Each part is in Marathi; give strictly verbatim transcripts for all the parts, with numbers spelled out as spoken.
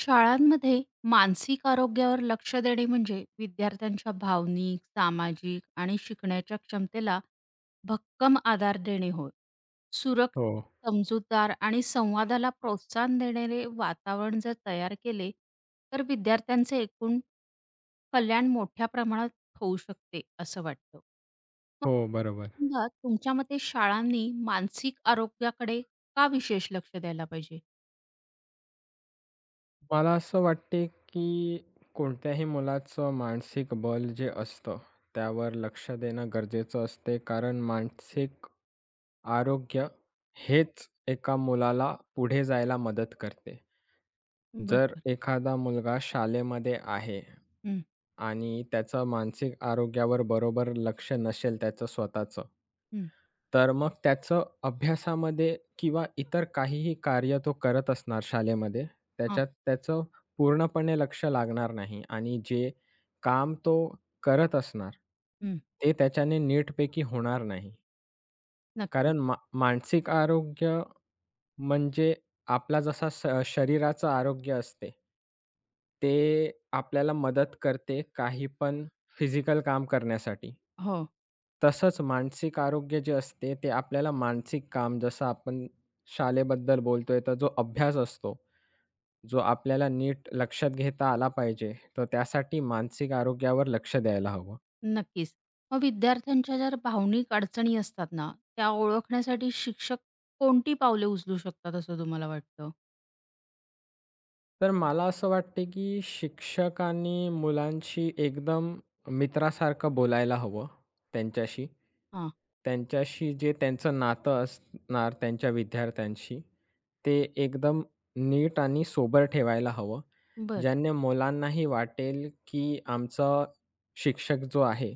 शाळांमध्ये मानसिक आरोग्यावर लक्ष देणे म्हणजे विद्यार्थ्यांच्या भावनिक, सामाजिक आणि शिकण्याच्या क्षमतेला भक्कम आधार देणे होय. सुरक्षित, हो, समजूतदार आणि संवादाला प्रोत्साहन देणारे वातावरण जर तयार केले, तर विद्यार्थ्यांचे एकूण कल्याण मोठ्या प्रमाणात होऊ शकते, असं वाटतं. मग हो, बरोबर. समजा तुमच्या मते शाळांनी मानसिक आरोग्याकडे का विशेष लक्ष द्यायला पाहिजे? मला असं वाटते, की कोणत्याही मुलाचं मानसिक बल जे असतं, त्यावर लक्ष देणं गरजेचं असते. कारण मानसिक आरोग्य हेच एका मुलाला पुढे जायला मदत करते. जर बरोबर. एखादा मुलगा शाळेमध्ये आहे हं, आणि त्याचं मानसिक आरोग्यावर बरोबर लक्ष नसेल त्याचं स्वतःचं, हं. तर मग त्याचं अभ्यासामध्ये किंवा इतर काहीही कार्य तो करत असणार शाळेमध्ये, हां. त्याच्यात त्याचं पूर्णपणे लक्ष लागणार नाही आणि जे काम तो करत असणार, हं. ते त्याच्याने नीटपैकी होणार नाही. नक्कीच. कारण मा मानसिक आरोग्य म्हणजे आपला जसा स शरीराचं आरोग्य असते, ते आपल्याला मदत करते काही पण फिजिकल काम करण्यासाठी. हो, तसंच मानसिक आरोग्य जे असते, ते आपल्याला मानसिक काम जसं आपण शालेबद्दल बोलतोय, तर जो अभ्यास असतो, जो आपल्याला नीट लक्षात घेता आला पाहिजे, तर त्यासाठी मानसिक आरोग्यावर लक्ष द्यायला हवं. नक्कीच. मग विद्यार्थ्यांच्या ज्या भावनिक अडचणी असतात ना, त्या ओळखण्यासाठी शिक्षक कोणती पावले उचलू शकतात असं तुम्हाला वाटतं? तर मला असं वाटते, की शिक्षकांनी मुलांशी एकदम मित्रासारखं बोलायला हवं त्यांच्याशी. हां, त्यांच्याशी जे त्यांचं नातं असणार त्यांच्या विद्यार्थ्यांशी, ते एकदम नीट आणि सोबर ठेवायला हवं. बरं. ज्याने मुलांनाही वाटेल, की आमचा शिक्षक जो आहे,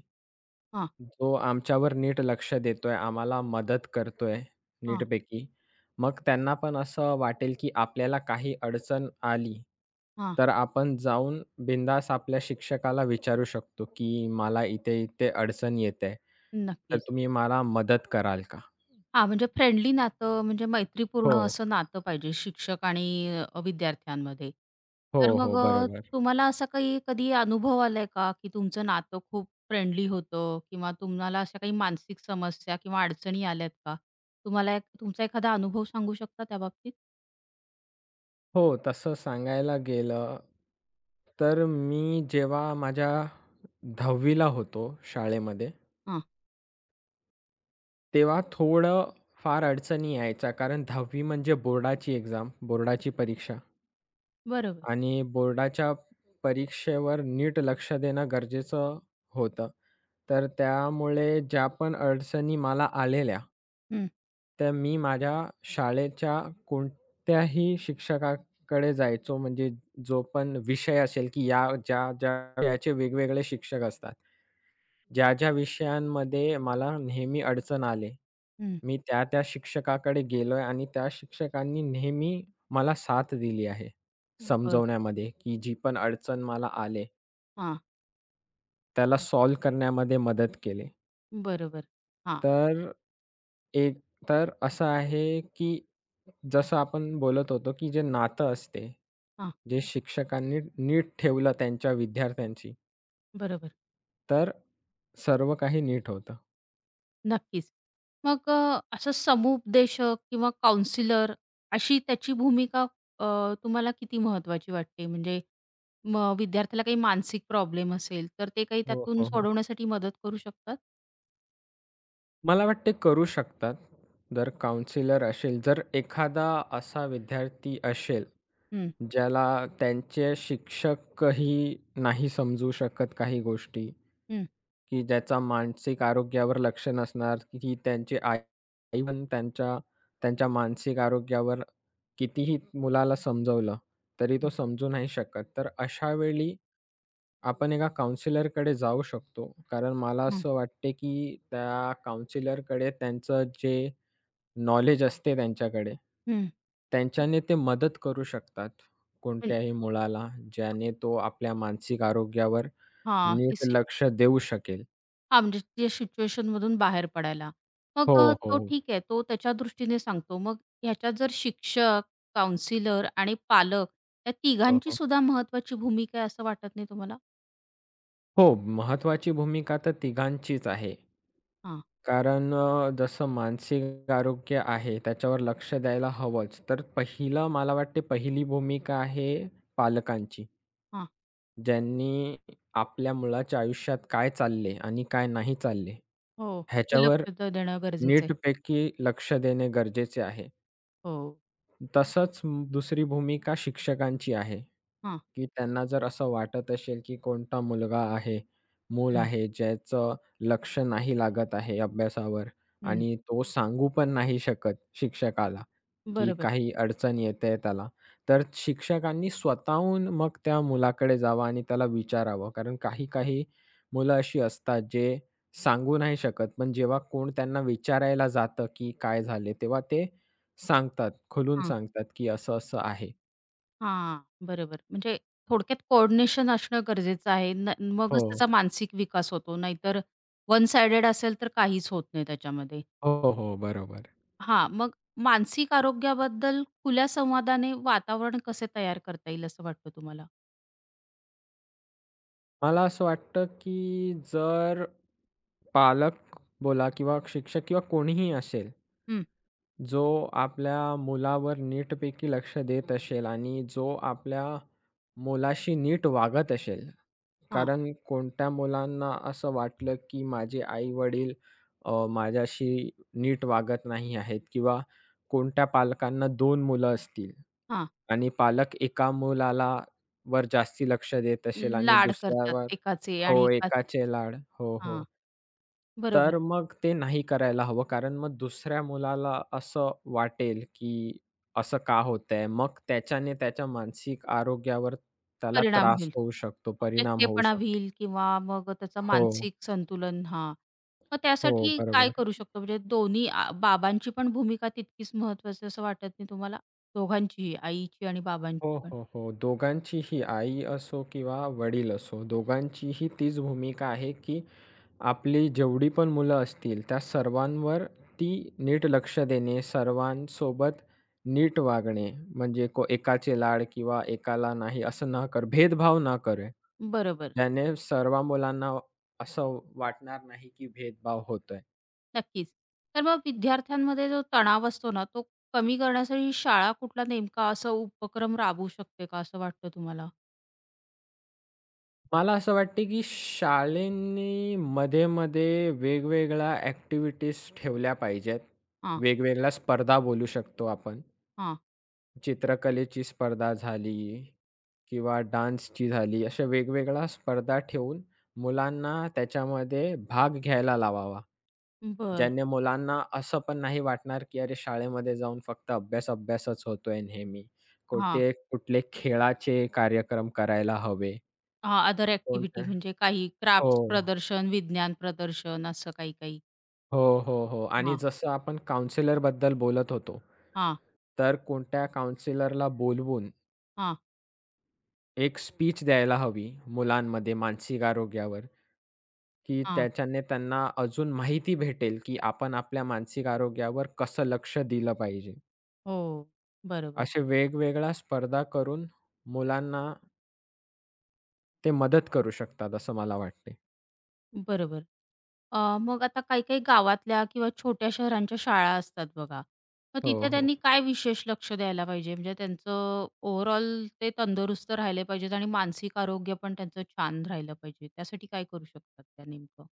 हां, जो आमच्यावर नीट लक्ष देतोय, आम्हाला मदत करतोय हां, नीटपैकी. मग त्यांना पण असं वाटेल, की आपल्याला काही अडचण आली, हां. तर आपण जाऊन बिंदास आपल्या शिक्षकाला विचारू शकतो, की मला इथे-इथे अडचण येते. तर नक्कीच. तुम्ही मला मदत कराल का? हां, म्हणजे फ्रेंडली नातं म्हणजे मैत्रीपूर्ण हो, असं नातं पाहिजे शिक्षक आणि अ, विद्यार्थ्यांमध्ये. तर हो, हो, मग अ, बरोबर. तुम्हाला असा काही कधी अनुभव आलाय का, की तुमचं नातं खूप फ्रेंडली होतं किंवा तुम्हाला अशा काही मानसिक समस्या किंवा अडचणी आल्यात का? तुम्हाला एक तुमचा एखादा अनुभव सांगू शकता त्याबाबतीत? हो, तसं सांगायला गेलं, तर मी जेव्हा माझ्या दहावी होतो शाळेमध्ये, हां, तेव्हा थोडं फार अडचणी यायच्या कारण दहावी म्हणजे बोर्डाची एक्झाम, बोर्डाची परीक्षा. बरोबर. आणि बोर्डाच्या परीक्षेवर नीट लक्ष देणं गरजेचं होतं. तर त्यामुळे ज्या पण अडचणी मला आलेल्या हं, त्या मी माझ्या शाळेच्या कोणत्याही शिक्षकाकडे जायचो. म्हणजे जो पण विषय असेल, की या ज्या-ज्या विषयाचे वेगवेगळे शिक्षक असतात. ज्या-ज्या विषयांमध्ये मला नेहमी अडचण आली. हं. मी त्या, त्या शिक्षकाकडे गेलोय आणि त्या शिक्षकांनी नेहमी मला साथ दिली आहे, बरं. समजवण्यामध्ये, की जी पण अडचण मला आले, हां, त्याला सॉल्व्ह करण्यामध्ये मदत केली. बरोबर. हां, तर एक तर असं आहे, की जसं आपण बोलत होतो, की जे नातं असते, हां, जे शिक्षकांनी नीट ठेवलं त्यांच्या विद्यार्थ्यांशी, बरोबर. तर सर्व काही नीट होतं. नक्कीच. मग अ, असं समुपदेशक किंवा काउन्सिलर अशी त्याची भूमिका अ, तुम्हाला किती महत्त्वाची वाटते? म्हणजे मग विद्यार्थ्याला काही मानसिक प्रॉब्लेम असेल, तर ते काही हो, त्यातून हो, हो. सोडवण्यासाठी मदत करू शकतात? मला वाटते करू शकतात. जर काउन्सिलर असेल, जर एखादा असा विद्यार्थी असेल, हं, ज्याला त्यांचे शिक्षकही नाही समजू शकत काही गोष्टी, हं, की ज्याचा मानसिक आरोग्यावर लक्ष नसणार, की त्यांचे आई आई पण त्यांच्या त्यांच्या मानसिक आरोग्यावर कितीही मुलाला समजवलं, तरी तो हं, समजू नाही शकत. तर अशा वेळी आपण एका काउन्सिलरकडे जाऊ शकतो. कारण मला हं, असं वाटते, की त्या काउन्सिलरकडे त्यांचं जे नॉलेज असते त्यांच्याकडे. हं. त्यांच्याने ते मदत करू शकतात पण कोणत्याही मुलाला, ज्याने तो आपल्या मानसिक आरोग्यावर हां, की नीट सि लक्ष देऊ शकेल. हां, म्हणजे त्या सिच्युएशनमधून बाहेर पडायला. मग हो, अ, हो. तो ठीक आहे, तो त्याच्या दृष्टीने सांगतो. मग ह्याच्यात जर शिक्षक, काउन्सिलर आणि पालक या हो, तिघांची हो. सुद्धा महत्त्वाची भूमिका आहे असं वाटत नाही तुम्हाला? हो, महत्त्वाची भूमिका तर तिघांचीच आहे. हां, कारण अ, जसं मानसिक आरोग्य आहे, त्याच्यावर लक्ष द्यायला हवंच. तर पहिलं मला वाटते पहिली भूमिका आहे पालकांची, ज्यांनी आपल्या मुलाच्या आयुष्यात काय चालले आणि काय नाही चालले, हो, तिथे ह्याच्यावर लक्ष द देणं गरजेचं आहे. नीटपैकी लक्ष देणे गरजेचे आहे. हो. तसंच म- दुसरी भूमिका शिक्षकांची आहे, हां. की त्यांना जर असं वाटत असेल, की कोणता मुलगा आहे, मूल हं, आहे, ज्याचं लक्ष नाही लागत आहे अभ्यासावर हं. आणि तो सांगू पण नाही शकत शिक्षकाला, की बरोबर. काही अडचण येतेय त्याला. तर शिक्षकांनी स्वतःहून मग त्या मुलाकडे जावं आणि त्याला विचारावं. कारण काही-काही मुलं अशी असतात, जे सांगू नाही शकत, पण जेव्हा कोण त्यांना विचारायला जातं, की काय झाले? तेव्हा ते सांगतात, खोलून हां, सांगतात, की असं-असं आहे. हां. बरोबर. म्हणजे थोडक्यात कोऑर्डिनेशन असणं गरजेचं आहे. न हो. मगच त्याचा मानसिक विकास होतो. नाहीतर वन साइडेड असेल तर काहीच होत नाही त्याच्यामध्ये. हो, हो. बरोबर. हां, मग मानसिक आरोग्याबद्दल खुल्या संवादाने वातावरण कसे तयार करता येईल असं वाटतं तुम्हाला? मला असं वाटतं, की जर पालक बोला किंवा शिक्षक किंवा कोणीही असेल, हं, जो आपल्या मुलावर नीटपैकी लक्ष देत असेल आणि जो आपल्या मुलाशी नीट वागत असेल. हां, कारण कोणत्या मुलांना असं वाटलं, की माझे आई-वडील माझ्याशी नीट वागत नाही आहेत किंवा कोणत्या पालकांना दोन मुलं असतील हां. आणि पालक एका मुलाला वर जास्ती लक्ष देत असेल आणि लाड करतात दुसऱ्यावर एकाचे आणि हो, एकाचे एकाचे लाड. हो, हो. हां, बरोबर. तर मग ते नाही करायला हवं, कारण मग दुसऱ्या मुलाला असं वाटेल, की असं का होतंय? मग त्याच्याने त्याच्या मानसिक आरोग्यावर त्याला परिणाम त्रास होईल. होऊ शकतो, परिणाम होऊ एकटेपणा शकतो. होईल किंवा मग त्याचं हो, मानसिक संतुलन हां. मग हो, त्यासाठी काय बरोबर. करू शकतो? म्हणजे दोन्ही आ बाबांची पण भूमिका तितकीच महत्त्वाची असं वाटत नाही तुम्हाला? दोघांचीही, आईची आणि हो, बाबांची पण. हो, हो. दोघांचीही आई असो किंवा वडील असो, दोघांचीही तीच भूमिका आहे, की आपली जेवढी पण मुलं असतील, त्या सर्वांवर ती नीट लक्ष देणे, सर्वांसोबत नीट वागणे, म्हणजे को एकाचे लाड किंवा एकाला नाही असं न कर भेदभाव न करे. बरोबर, त्याने सर्व मुलांना असं वाटणार नाही, की भेदभाव होतोय. नक्कीच. तर मग विद्यार्थ्यांमध्ये जो तणाव असतो ना, तो कमी करण्यासाठी शाळा कुठला नेमका असा उपक्रम राबवू शकते का असं वाटतं तुम्हाला? मला असं वाटते, की शाळेंनी मध्ये-मध्ये वेगवेगळ्या ॲक्टिव्हिटीज ठेवल्या पाहिजेत. हां, वेगवेगळ्या स्पर्धा बोलू शकतो आपण. हां. चित्रकलेची स्पर्धा झाली किंवा डान्सची झाली, अशा वेगवेगळ्या स्पर्धा ठेवून मुलांना त्याच्यामध्ये भाग घ्यायला लावावा. बरं. ज्याने मुलांना असं पण नाही वाटणार, की अरे शाळेमध्ये जाऊन फक्त अभ्यास, अभ्यासच होतोय नेहमी. हां. कुठे कुठले खेळाचे कार्यक्रम करायला हवे. हां, अदर कोणत्या ॲक्टिव्हिटी म्हणजे काही हो, क्राफ्ट्स प्रदर्शन, विज्ञान प्रदर्शन असं काही काही. हो, हो, हो. आणि हां, जसं आपण काउन्सिलरबद्दल बोलत होतो, हां, तर कोणत्या काउन्सिलरला बोलवून हां, एक स्पीच द्यायला हवी मुलांमध्ये मानसिक आरोग्यावर, की हां. त्याच्याने त्यांना अजून माहिती भेटेल, की आपण आपल्या मानसिक आरोग्यावर कसं लक्ष दिलं पाहिजे. हो, बरोबर, असे वेगवेगळ्या स्पर्धा करून मुलांना ते मदत करू शकतात असं मला वाटते. बरोबर. अ, मग आता काही-काही गावातल्या किंवा छोट्या शहरांच्या शाळा असतात बघा. मग हो, तिथे हो. त्यांनी काय विशेष लक्ष द्यायला पाहिजे? म्हणजे त्यांचं ओव्हरऑल ते तंदुरुस्त राहिले पाहिजेत आणि मानसिक आरोग्य पण त्यांचं छान राहिलं पाहिजे. त्यासाठी काय करू शकतात त्या नेमकं?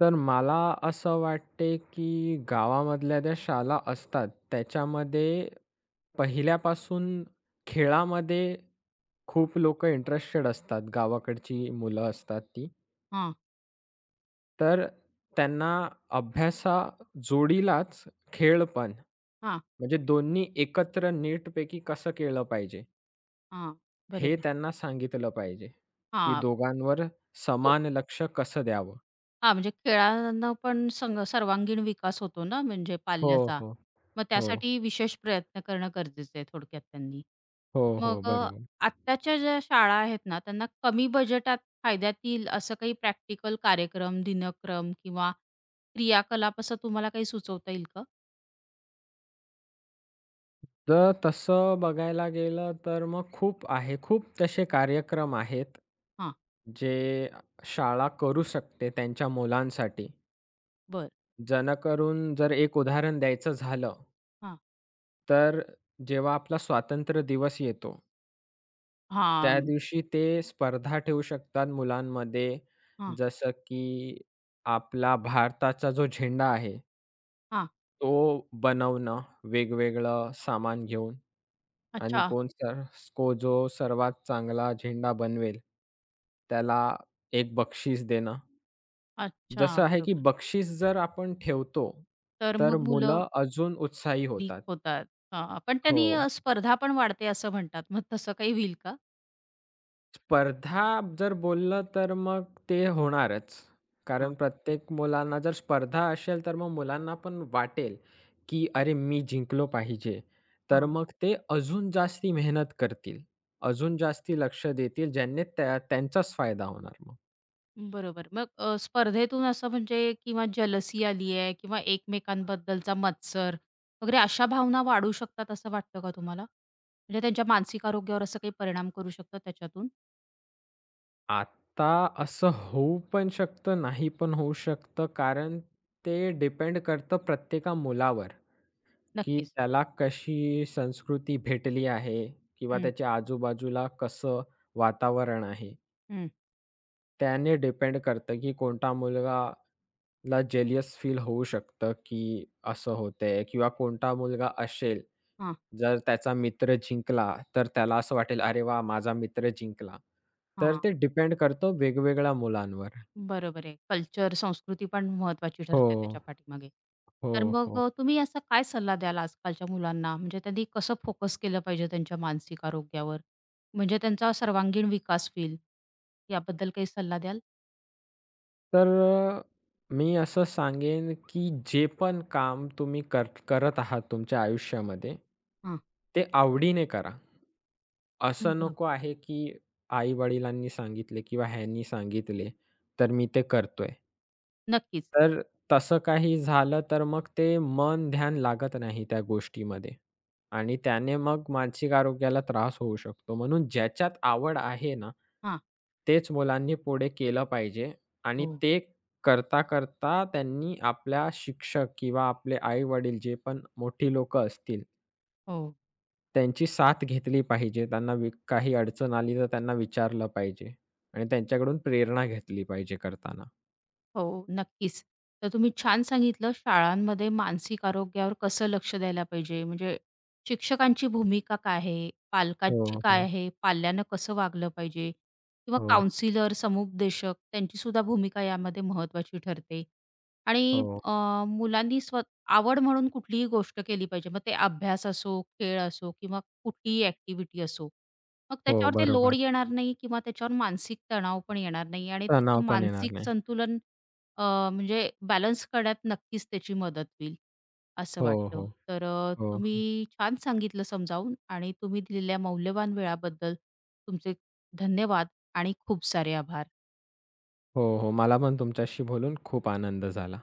तर मला असं वाटते, की गावामधल्या ज्या शाळा असतात त्याच्यामध्ये पहिल्यापासून खेळामध्ये खूप लोकं इंटरेस्टेड असतात, गावाकडची मुलं असतात ती. हां, तर त्यांना अभ्यासा जोडीलाच खेळ पण, हां, म्हणजे दोन्ही एकत्र नीटपैकी कसं केलं पाहिजे, हां. हे बरोबर. त्यांना सांगितलं पाहिजे, की हां, दोघांवर हो. समान लक्ष कसं द्यावं? हां, म्हणजे खेळांना पण संग सर्वांगीण विकास होतो ना म्हणजे हो, पाल्याचा. हो. मग हो. त्यासाठी विशेष प्रयत्न करणं गरजेचं आहे थोडक्यात त्यांनी. हो, हो. मग अ, बरोबर. आत्ताच्या ज्या शाळा आहेत ना, त्यांना कमी बजेटात फायद्यात येईल असं काही प्रॅक्टिकल कार्यक्रम, दिनक्रम किंवा क्रियाकलाप असं तुम्हाला काही सुचवता येईल का? तर तसं बघायला गेलं तर मग खूप आहे. खूप तसे कार्यक्रम आहेत, हां, जे शाळा करू शकते त्यांच्या मुलांसाठी. बरं. जेणेकरून जर एक उदाहरण द्यायचं झालं हां, तर जेव्हा आपला स्वातंत्र्य दिवस येतो, हां, त्या म, दिवशी ते स्पर्धा ठेवू शकतात मुलांमध्ये. हां, जसं की आपला भारताचा जो झेंडा आहे, हां. तो बनवणं वेगवेगळं सामान घेऊन आणि अच्छा, कोण सर को जो सर्वात चांगला झेंडा बनवेल, त्याला एक बक्षीस देणं. अच्छा. जसं आहे की बरोबर. बक्षीस जर आपण ठेवतो, तर तर मग मुलं मुलं अजून उत्साही लीक होतात. होतात. हां, पण हो. त्यांनी अ, स्पर्धा पण वाढते असं म्हणतात. मग तसं काही होईल का? स्पर्धा जर बोललं तर मग ते होणारच. कारण प्रत्येक मुलांना जर स्पर्धा असेल, तर मग मुलांना पण वाटेल, की "अरे, मी जिंकलो पाहिजे." तर हां. मग ते अजून जास्ती मेहनत करतील, अजून जास्ती लक्ष देतील, ज्याने त्या त्यांचाच फायदा होणार मग. बरोबर. मग अ, स्पर्धेतून असं म्हणजे किंवा जलसी आली आहे किंवा एकमेकांबद्दलचा मत्सर वगैरे अशा भावना वाढू शकतात असं वाटतं का तुम्हाला? म्हणजे त्यांच्या मानसिक आरोग्यावर असं काही परिणाम करू शकतात त्याच्यातून? आता असं होऊ पण शकतं, नाही पण होऊ शकतं, कारण ते डिपेंड करतं प्रत्येका मुलावर. की नक्कीच. त्याला कशी संस्कृती भेटली आहे किंवा हं, त्याच्या आजूबाजूला कसं वातावरण आहे. हं. त्याने डिपेंड करतं, की कोणता मुलगाला जेलियस फील होऊ शकतं, की असं होतंय किंवा कोणता मुलगा असेल, हां, जर त्याचा मित्र जिंकला, तर त्याला असं वाटेल, "अरे वाह! माझा मित्र जिंकला." तर हां. ते डिपेंड करतं वेगवेगळ्या मुलांवर. बरोबर आहे. कल्चर, संस्कृती पण महत्वाची हो, ठरते त्याच्या पाठीमागे. हो, तर मग हो. अ, तुम्ही असा काय सल्ला द्याल आजकालच्या मुलांना? म्हणजे त्यांनी कसं फोकस केलं पाहिजे त्यांच्या मानसिक आरोग्यावर? म्हणजे त्यांचा सर्वांगीण विकास होईल, याबद्दल काही सल्ला द्याल? तर अ, मी असं सांगेन, की जे पण काम तुम्ही कर करत आहात तुमच्या आयुष्यामध्ये, ते आवडीने करा. असं नको बरोबर. आहे, की आई-वडिलांनी सांगितले किंवा ह्यांनी सांगितले, तर मी ते करतोय. नक्कीच. तर तसं काही झालं, तर मग ते मन-ध्यान लागत नाही त्या गोष्टीमध्ये आणि त्याने मग मानसिक आरोग्याला त्रास होऊ शकतो. म्हणून ज्याच्यात आवड आहे ना, हा, तेच मुलांनी पुढे केलं पाहिजे आणि हो, ते करता-करता त्यांनी आपल्या शिक्षक किंवा आपले आई-वडील जे पण मोठी लोकं असतील हो. त्यांची साथ घेतली पाहिजे. त्यांना वि काही अडचण आली तर त्यांना विचारलं पाहिजे आणि त्यांच्याकडून प्रेरणा घेतली पाहिजे करताना. हो, नक्कीच. तर तुम्ही छान सांगितलं, शाळांमध्ये मानसिक आरोग्यावर कसं लक्ष द्यायला पाहिजे, म्हणजे शिक्षकांची भूमिका काय आहे, हो, पालकांची हो, काय आहे, पाल्यानं कसं वागलं पाहिजे किंवा हो, काउन्सिलर, समुपदेशक त्यांचीसुद्धा भूमिका यामध्ये महत्त्वाची ठरते. आणि हो, अ, मुलांनी स्व आवड म्हणून कुठलीही गोष्ट केली पाहिजे. मग ते अभ्यास असो, खेळ असो किंवा कुठलीही ॲक्टिव्हिटी असो. मग हो, त्याच्यावर ते बरोबर. लोड येणार नाही किंवा त्याच्यावर मानसिक तणाव पण येणार नाही आणि तणाव त्याचं पण येणार मानसिक नाही. संतुलन अ, म्हणजे बॅलन्स करण्यात नक्कीच त्याची मदत होईल, असं हो, वाटतं. हो, तर अ, हो, हो. तुम्ही छान सांगितलं समजावून आणि तुम्ही दिलेल्या मौल्यवान वेळाबद्दल तुमचे धन्यवाद आणि खूप सारे आभार. हो, हो. मला पण तुमच्याशी बोलून खूप आनंद झाला.